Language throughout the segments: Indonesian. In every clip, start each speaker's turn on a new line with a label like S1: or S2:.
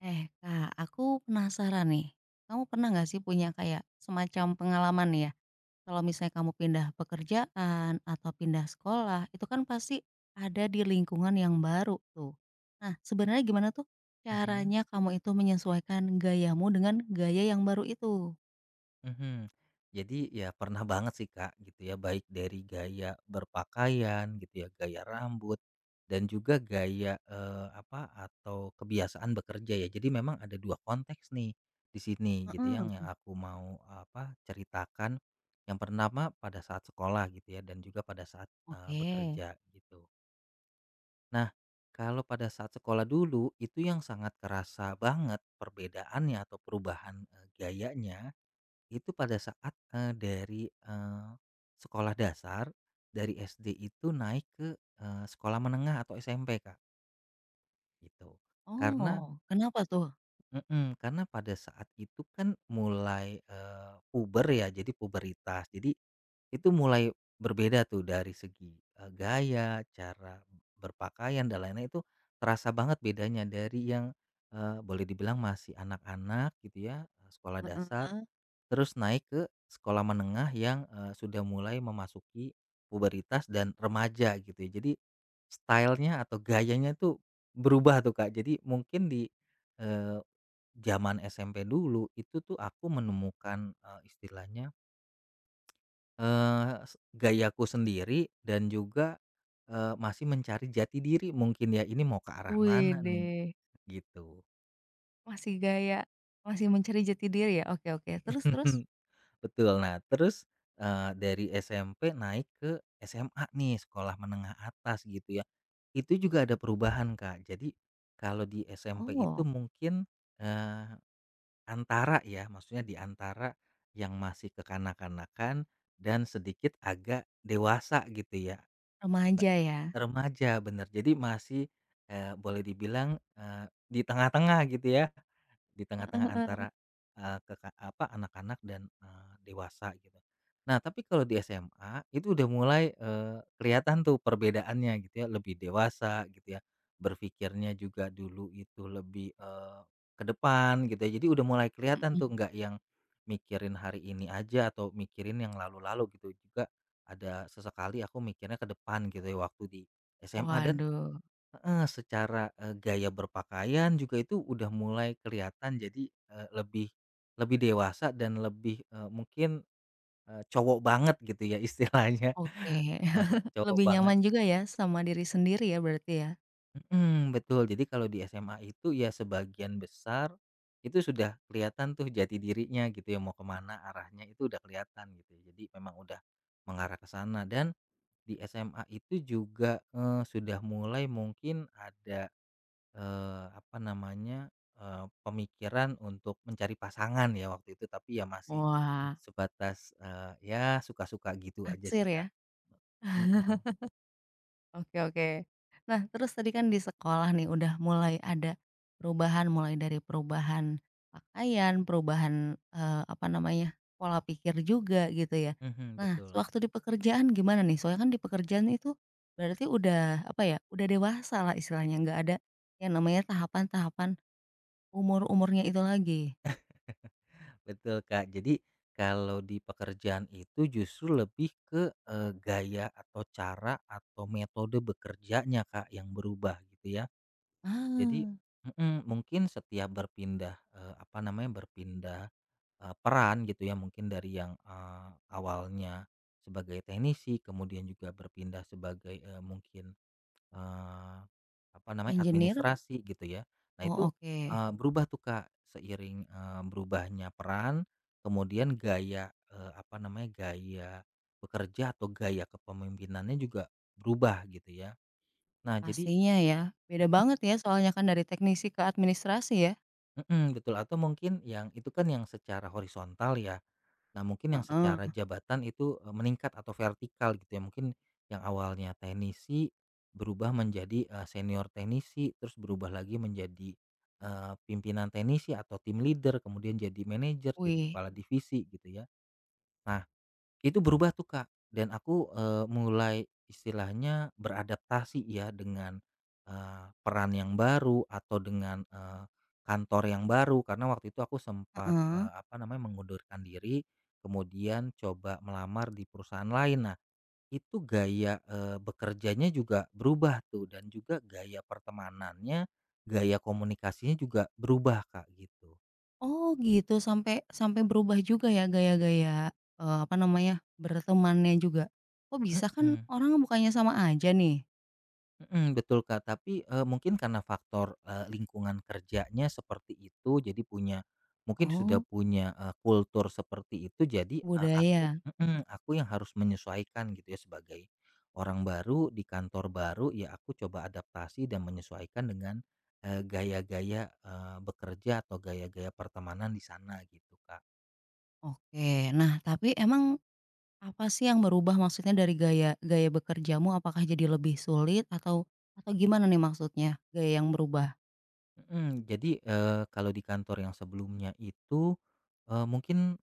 S1: Eh Kak, aku penasaran nih. Kamu pernah nggak sih punya kayak semacam pengalaman nih ya, kalau misalnya kamu pindah pekerjaan atau pindah sekolah, itu kan pasti ada di lingkungan yang baru tuh. Nah, sebenarnya gimana tuh
S2: Mhm.
S1: caranya kamu itu menyesuaikan gayamu dengan gaya yang baru itu?
S2: Mhm. Jadi ya pernah banget sih Kak gitu ya, baik dari gaya berpakaian gitu ya, gaya rambut dan juga gaya, apa atau kebiasaan bekerja ya. Jadi memang ada 2 konteks nih di sini gitu, yang
S1: Heeh.
S2: aku mau apa ceritakan. Yang pertama pada saat sekolah gitu ya dan juga pada saat,
S1: Oke.
S2: bekerja gitu. Nah, kalau pada saat sekolah dulu itu yang sangat kerasa banget perbedaannya atau perubahan gayanya itu pada saat dari sekolah dasar dari SD itu naik ke sekolah menengah atau SMP Kak gitu. Karena
S1: Oh, kenapa tuh?
S2: mm-mm, karena pada saat itu kan mulai puber ya, jadi puberitas. Jadi itu mulai berbeda tuh dari segi, gaya, cara berpakaian dan lain-lain itu terasa banget bedanya dari yang, boleh dibilang masih anak-anak gitu ya, sekolah dasar,
S1: Heeh.
S2: terus naik ke sekolah menengah yang, sudah mulai memasuki pubertas dan remaja gitu ya. Jadi stylenya atau gayanya tuh berubah tuh, Kak. Jadi mungkin di, eee, zaman SMP dulu itu tuh aku menemukan, istilahnya Eee, s gayaku sendiri dan juga, masih mencari jati diri mungkin ya, ini mau ke arah mana nih,
S1: Widih,
S2: gitu.
S1: masih gaya, masih mencari jati diri ya? Oke oke, terus terus?
S2: Betul. Nah terus, dari SMP naik ke SMA nih, sekolah menengah atas gitu ya. Itu juga ada perubahan, Kak. Jadi kalau di SMP itu
S1: Oh,
S2: mungkin, eee, antara ya, maksudnya di antara yang masih kekanak-kanakan dan sedikit agak dewasa gitu ya. Nah,
S1: remaja ya?
S2: remaja, bener. Jadi masih, boleh dibilang, di tengah-tengah gitu ya, di tengah-tengah antara, apa, anak-anak dan, dewasa gitu. Nah, tapi kalau di SMA itu udah mulai, kelihatan tuh perbedaannya gitu ya, lebih dewasa gitu ya, berpikirnya juga dulu itu lebih, ke depan gitu ya. Jadi udah mulai kelihatan tuh nggak yang mikirin hari ini aja atau mikirin yang lalu-lalu gitu, juga ada sesekali aku mikirnya ke depan gitu ya waktu di SMA dan.
S1: Waduh,
S2: Heeh, secara, gaya berpakaian juga itu udah mulai kelihatan jadi, lebih lebih dewasa dan lebih, mungkin, cowok banget gitu ya istilahnya,
S1: oke.
S2: heeh, cowok
S1: Lebih
S2: banget.
S1: nyaman juga ya sama diri sendiri ya berarti ya?
S2: Mhm, betul. Jadi kalau di SMA itu ya sebagian besar itu sudah kelihatan tuh jati dirinya gitu ya, mau kemana arahnya itu udah kelihatan gitu ya. Jadi memang udah mengarah ke sana dan di SMA itu juga, sudah mulai mungkin ada apa namanya, pemikiran untuk mencari pasangan ya waktu itu, tapi ya masih
S1: Wah,
S2: sebatas, ya suka-suka gitu aja
S1: naksir
S2: sih,
S1: ya?
S2: Kak. Mhm.
S1: Oke oke. Nah, terus tadi kan di sekolah nih udah mulai ada perubahan, mulai dari perubahan pakaian, perubahan, apa namanya, pola pikir juga gitu ya.
S2: Mhm,
S1: Nah,
S2: betul.
S1: sewaktu di pekerjaan gimana nih? Soalnya kan di pekerjaan itu berarti udah, apa ya, udah dewasa lah istilahnya, nggak ada yang namanya tahapan-tahapan umur-umurnya itu lagi.
S2: Betul, Kak. Jadi kalau di pekerjaan itu justru lebih ke, gaya atau cara atau metode bekerjanya, Kak, yang berubah gitu ya. Jadi
S1: Ah,
S2: mhm, mungkin setiap berpindah, apa namanya, berpindah peran gitu ya mungkin dari yang, awalnya sebagai teknisi kemudian juga berpindah sebagai, mungkin, eee, apa namanya
S1: engineer?
S2: administrasi gitu ya. Nah
S1: Oh
S2: itu,
S1: oke,
S2: berubah tuh Kak seiring, berubahnya peran kemudian gaya, apa namanya gaya bekerja atau gaya kepemimpinannya juga berubah gitu ya. Nah jadi.
S1: pastinya ya, beda banget ya soalnya kan dari teknisi ke administrasi ya?
S2: Mhm, betul atau mungkin yang itu kan yang secara horizontal ya. Nah, mungkin yang
S1: Heeh,
S2: secara jabatan itu, meningkat atau vertikal gitu ya, mungkin yang awalnya teknisi berubah menjadi, senior teknisi, terus berubah lagi menjadi, pimpinan teknisi atau tim leader, kemudian jadi manajer, jadi
S1: wih,
S2: kepala divisi gitu ya. Nah, itu berubah tuh, Kak, dan aku, mulai istilahnya beradaptasi ya dengan, peran yang baru atau dengan, kantor yang baru karena waktu itu aku sempat,
S1: heeh,
S2: apa namanya, mengundurkan diri, kemudian coba melamar di perusahaan lain. Nah, itu gaya, bekerjanya juga berubah tuh dan juga gaya pertemanannya, gaya komunikasinya juga berubah, Kak, gitu.
S1: oh gitu sampai sampai berubah juga ya gaya-gaya, apa namanya, bertemannya juga? Oh bisa kan
S2: Mhm.
S1: orang bukannya sama aja nih?
S2: Mhm, betul Kak, tapi, mungkin karena faktor, lingkungan kerjanya seperti itu, jadi punya mungkin sudah
S1: Oh,
S2: punya, kultur seperti itu, jadi, aku
S1: budaya, mmm,
S2: mhm, aku yang harus menyesuaikan gitu ya sebagai orang baru di kantor baru, ya aku coba adaptasi dan menyesuaikan dengan, gaya-gaya, bekerja atau gaya-gaya pertemanan di sana gitu Kak.
S1: oke. Nah tapi emang apa sih yang berubah maksudnya dari gaya gaya bekerjamu apakah jadi lebih sulit atau gimana nih maksudnya gaya yang berubah?
S2: Mhm, jadi, kalau di kantor yang sebelumnya itu, mungkin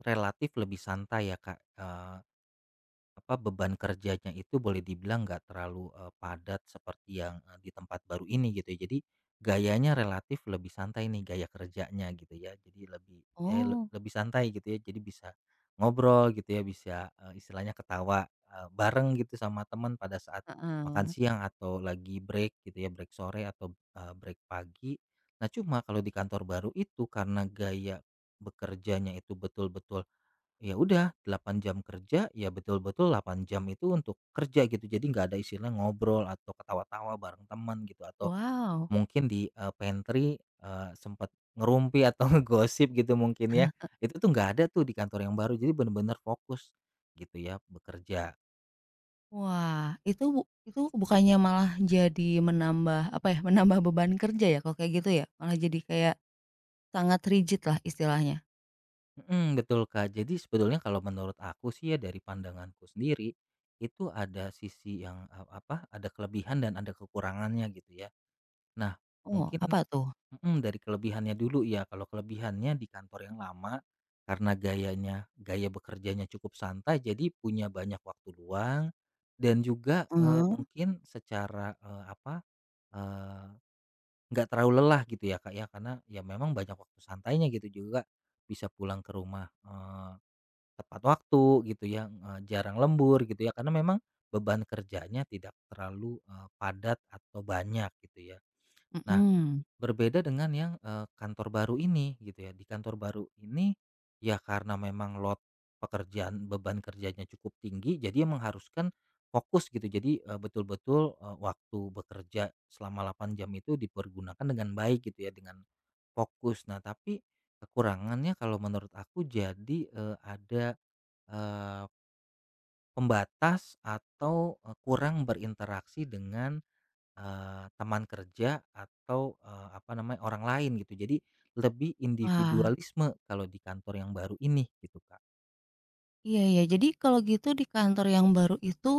S2: relatif lebih santai ya Kak, apa, beban kerjanya itu boleh dibilang nggak terlalu, padat seperti yang, di tempat baru ini gitu ya. Jadi gayanya relatif lebih santai nih gaya kerjanya gitu ya. Jadi lebih,
S1: Oh,
S2: lebih santai gitu ya. Jadi bisa ngobrol gitu ya, bisa, istilahnya ketawa, bareng gitu sama teman pada saat makan
S1: heeh.
S2: siang atau lagi break gitu ya, break sore atau, break pagi. Nah, cuma kalau di kantor baru itu karena gaya bekerjanya itu betul-betul, ya udah 8 jam kerja, ya betul-betul 8 jam itu untuk kerja gitu. Jadi nggak ada istilah ngobrol atau ketawa-tawa bareng teman gitu atau
S1: Wow,
S2: mungkin di, pantry, sempat ngerumpi atau ngegosip gitu mungkin ya. Itu tuh nggak ada tuh di kantor yang baru. Jadi bener-bener fokus gitu ya bekerja.
S1: wah itu bu itu bukannya malah jadi menambah, apa ya, menambah beban kerja ya kalau kayak gitu ya? Malah jadi kayak sangat rigid lah istilahnya?
S2: Mhm, betul, Kak. Jadi sebetulnya kalau menurut aku sih ya dari pandanganku sendiri, itu ada sisi yang, apa, ada kelebihan dan ada kekurangannya gitu ya. Nah,
S1: Oh,
S2: mungkin
S1: apa tuh?
S2: Mhm, dari kelebihannya dulu ya, kalau kelebihannya di kantor yang lama, karena gayanya gaya bekerjanya cukup santai, jadi punya banyak waktu luang dan juga,
S1: Heeh,
S2: mungkin secara, apa, eee, nggak terlalu lelah gitu ya, Kak, ya, karena ya memang banyak waktu santainya gitu juga, bisa pulang ke rumah, tepat waktu gitu ya, jarang lembur gitu ya, karena memang beban kerjanya tidak terlalu, padat atau banyak gitu ya. Nah,
S1: mhm.
S2: berbeda dengan yang, kantor baru ini gitu ya. Di kantor baru ini, ya karena memang lot pekerjaan, beban kerjanya cukup tinggi, jadi yang mengharuskan fokus gitu. Jadi, betul-betul, waktu bekerja selama 8 jam itu dipergunakan dengan baik gitu ya, dengan fokus. Nah, tapi kekurangannya kalau menurut aku jadi, ada, eee, pembatas atau, kurang berinteraksi dengan teman kerja atau, apa namanya, orang lain gitu. Jadi lebih
S1: Wah,
S2: individualisme kalau di kantor yang baru ini gitu, Kak.
S1: iya iya. Jadi kalau gitu di kantor yang baru itu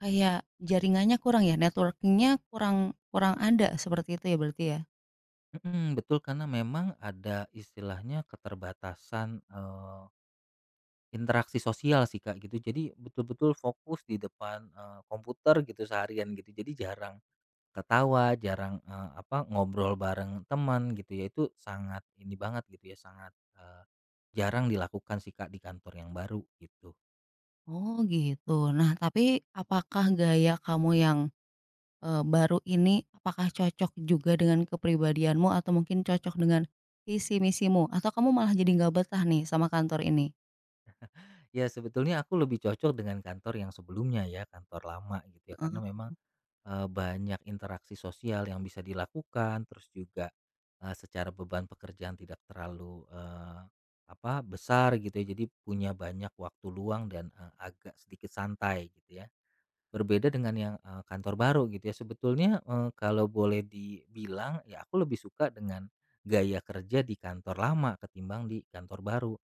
S1: kayak jaringannya kurang ya, networkingnya kurang kurang ada seperti itu ya berarti ya?
S2: Mhm, betul karena memang ada istilahnya keterbatasan, interaksi sosial sih, Kak, gitu. Jadi betul-betul fokus di depan, komputer gitu seharian gitu. Jadi jarang ketawa, jarang, apa, ngobrol bareng teman gitu ya. Itu sangat ini banget gitu ya, sangat, eee, jarang dilakukan sih, Kak, di kantor yang baru gitu.
S1: Oh gitu. Nah tapi apakah gaya kamu yang baru ini apakah cocok juga dengan kepribadianmu atau mungkin cocok dengan visi misimu atau kamu malah jadi nggak betah nih sama kantor ini?
S2: Ya sebetulnya aku lebih cocok dengan kantor yang sebelumnya ya, kantor lama gitu ya. Karena
S1: Heeh,
S2: memang, banyak interaksi sosial yang bisa dilakukan, terus juga, secara beban pekerjaan tidak terlalu, apa, besar gitu ya. Jadi punya banyak waktu luang dan, agak sedikit santai gitu ya. Berbeda dengan yang, kantor baru gitu ya. Sebetulnya, kalau boleh dibilang ya aku lebih suka dengan gaya kerja di kantor lama ketimbang di kantor baru.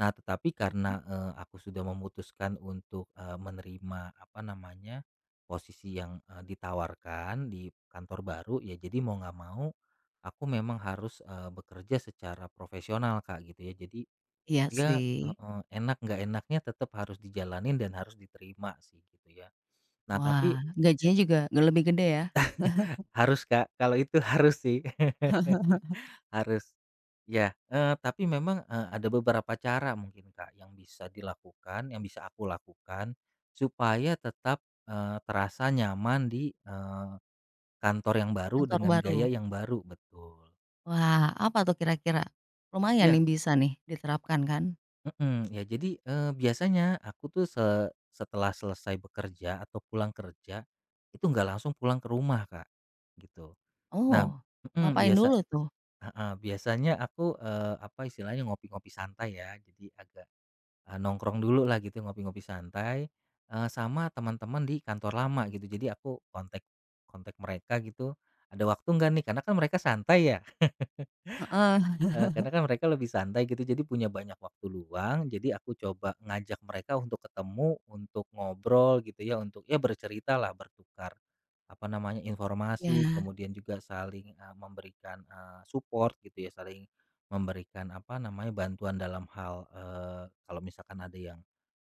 S2: Nah, tetapi karena, aku sudah memutuskan untuk, menerima apa namanya, posisi yang, ditawarkan di kantor baru, ya jadi mau nggak mau aku memang harus, bekerja secara profesional Kak gitu ya. Jadi
S1: iya
S2: iya,
S1: sih.
S2: heeh, enak nggak enaknya tetap harus dijalanin dan harus diterima sih gitu ya. Nah tapi
S1: Wah, gajinya juga nggak lebih gede ya,
S2: harus Kak, kalau itu harus sih. Harus. Ya, tapi memang, ada beberapa cara mungkin Kak yang bisa dilakukan, yang bisa aku lakukan supaya tetap, terasa nyaman di, kantor yang baru
S1: kantor
S2: dengan
S1: baru?
S2: gaya yang baru, betul.
S1: Wah, apa tuh kira-kira? Lumayan
S2: Ya.
S1: nih bisa nih diterapkan kan?
S2: Mhm, ya jadi, biasanya aku tuh setelah selesai bekerja atau pulang kerja, itu nggak langsung pulang ke rumah, Kak, gitu. Nah,
S1: Oh,
S2: mhm,
S1: ngapain
S2: biasa
S1: dulu tuh?
S2: heeh, biasanya aku, apa istilahnya, ngopi-ngopi santai ya, jadi agak, nongkrong dulu lah gitu, ngopi-ngopi santai, sama teman-teman di kantor lama gitu. Jadi aku kontak kontak mereka gitu, "Ada waktu nggak nih?" Karena kan mereka santai ya.
S1: Heeh.
S2: Karena kan mereka lebih santai gitu, jadi punya banyak waktu luang, jadi aku coba ngajak mereka untuk ketemu, untuk ngobrol gitu ya, untuk ya bercerita lah bertukar, apa namanya, informasi,
S1: Iya,
S2: kemudian juga saling, memberikan, support gitu ya, saling memberikan, apa namanya, bantuan dalam hal, kalau misalkan ada yang,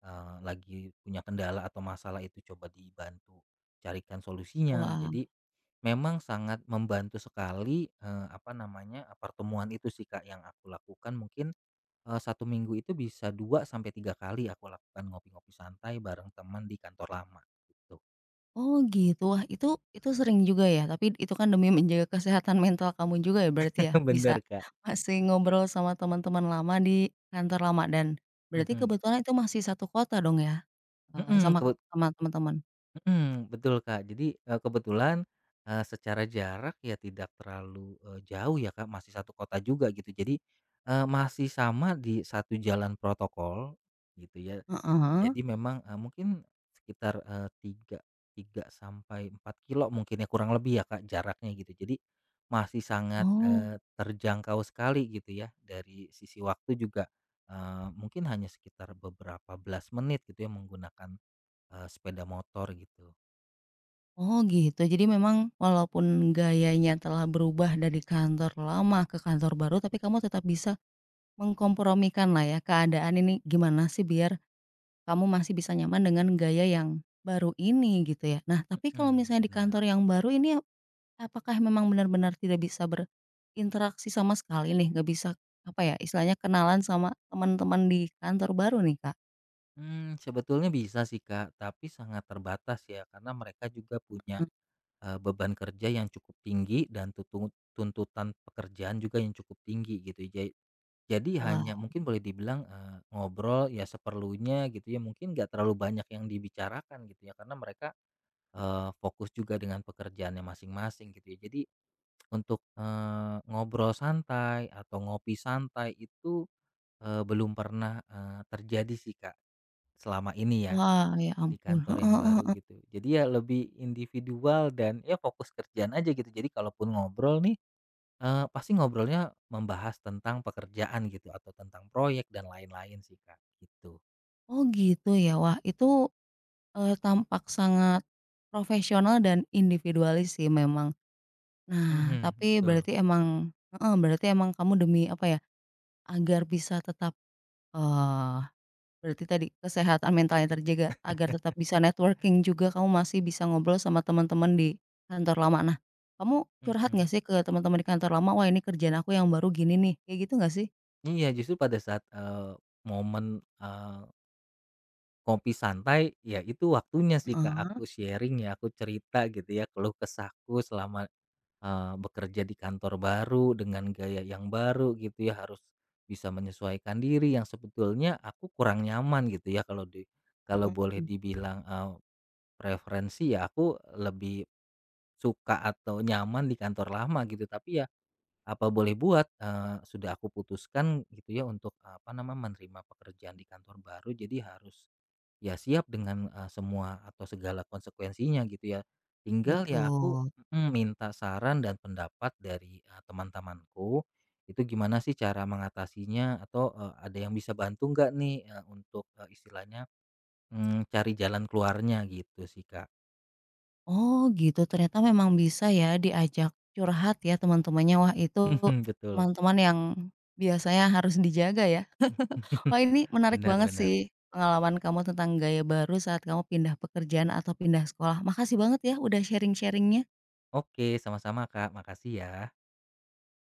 S2: lagi punya kendala atau masalah itu coba dibantu carikan solusinya.
S1: wah.
S2: Jadi memang sangat membantu sekali, apa namanya, pertemuan itu sih, Kak, yang aku lakukan mungkin, 1 minggu itu bisa 2 sampai 3 kali aku lakukan ngopi-ngopi santai bareng teman di kantor lama, gitu.
S1: Oh gitu. Wah itu sering juga ya, tapi itu kan demi menjaga kesehatan mental kamu juga ya berarti ya? Bisa
S2: Bener, Kak.
S1: masih ngobrol sama teman-teman lama di kantor lama dan berarti
S2: Mhm.
S1: kebetulan itu masih satu kota dong ya, eee,
S2: Mhm.
S1: sama sama teman-teman?
S2: Mhm, betul Kak. Jadi, kebetulan, secara jarak ya tidak terlalu, jauh ya Kak, masih satu kota juga gitu. Jadi, masih sama di satu jalan protokol gitu ya.
S1: Heeh.
S2: Jadi memang, mungkin sekitar, 3 3 sampai 4 kilo mungkin ya, kurang lebih ya Kak jaraknya gitu. Jadi masih sangat,
S1: Oh
S2: terjangkau sekali gitu ya. Dari sisi waktu juga, mungkin hanya sekitar beberapa belas menit gitu ya menggunakan, sepeda motor gitu.
S1: oh gitu. Jadi memang walaupun gayanya telah berubah dari kantor lama ke kantor baru, tapi kamu tetap bisa mengkompromikan lah ya keadaan ini gimana sih biar kamu masih bisa nyaman dengan gaya yang baru ini gitu ya. Nah, tapi kalau
S2: Mhm,
S1: misalnya di
S2: benar.
S1: kantor yang baru ini apakah memang benar-benar tidak bisa berinteraksi sama sekali nih, nggak bisa apa ya, istilahnya kenalan sama teman-teman di kantor baru nih, Kak?
S2: Sebetulnya bisa sih, Kak, tapi sangat terbatas ya karena mereka juga
S1: Mhm.
S2: punya, beban kerja yang cukup tinggi dan tuntutan pekerjaan juga yang cukup tinggi gitu jadi hanya
S1: Wah
S2: mungkin boleh dibilang, ngobrol ya seperlunya gitu ya mungkin nggak terlalu banyak yang dibicarakan gitu ya karena mereka, fokus juga dengan pekerjaannya masing-masing gitu ya jadi untuk, ngobrol santai atau ngopi santai itu, belum pernah, terjadi sih, Kak. Selama ini ya,
S1: wah, ya
S2: di
S1: ampun,
S2: kantor
S1: heeh
S2: yang
S1: heeh
S2: baru
S1: heeh.
S2: gitu. Jadi ya lebih individual dan ya fokus kerjaan aja gitu. Jadi kalaupun ngobrol nih, pasti ngobrolnya membahas tentang pekerjaan gitu atau tentang proyek dan lain-lain sih, Kak, gitu.
S1: Oh gitu ya, wah itu, tampak sangat profesional dan individualis sih memang. Nah,
S2: Mhm,
S1: tapi
S2: betul.
S1: berarti emang heeh, berarti emang kamu demi apa ya, agar bisa tetap, berarti tadi, kesehatan mentalnya terjaga, agar tetap bisa networking juga kamu masih bisa ngobrol sama teman-teman di kantor lama. Nah, kamu curhat
S2: Mhm.
S1: nggak sih ke teman-teman di kantor lama, "Wah ini kerjaan aku yang baru gini nih," kayak gitu nggak sih?
S2: Iya, justru pada saat, momen, kopi santai, ya itu waktunya sih, Kak,
S1: Heeh
S2: aku sharing ya, aku cerita gitu ya, keluh kesahku selama bekerja di kantor baru dengan gaya yang baru gitu ya, harus bisa menyesuaikan diri yang sebetulnya aku kurang nyaman gitu ya. Kalau
S1: heeh,
S2: boleh dibilang, preferensi ya aku lebih suka atau nyaman di kantor lama gitu. Tapi ya apa boleh buat, sudah aku putuskan gitu ya untuk, apa nama, menerima pekerjaan di kantor baru jadi harus. Ya siap dengan, semua atau segala konsekuensinya gitu ya. Tinggal ya aku
S1: betul.
S2: mhm, minta saran dan pendapat dari, teman-temanku, itu gimana sih cara mengatasinya atau, ada yang bisa bantu nggak nih, untuk, istilahnya, cari jalan keluarnya gitu sih, Kak.
S1: Oh gitu, ternyata memang bisa ya diajak curhat ya teman-temannya. Wah itu
S2: Betul.
S1: teman-teman yang biasanya harus dijaga ya. Wah, ini menarik
S2: Benar
S1: banget
S2: benar.
S1: sih pengalaman kamu tentang gaya baru saat kamu pindah pekerjaan atau pindah sekolah. Makasih banget ya udah sharing sharingnya
S2: Oke, sama-sama, Kak, makasih ya.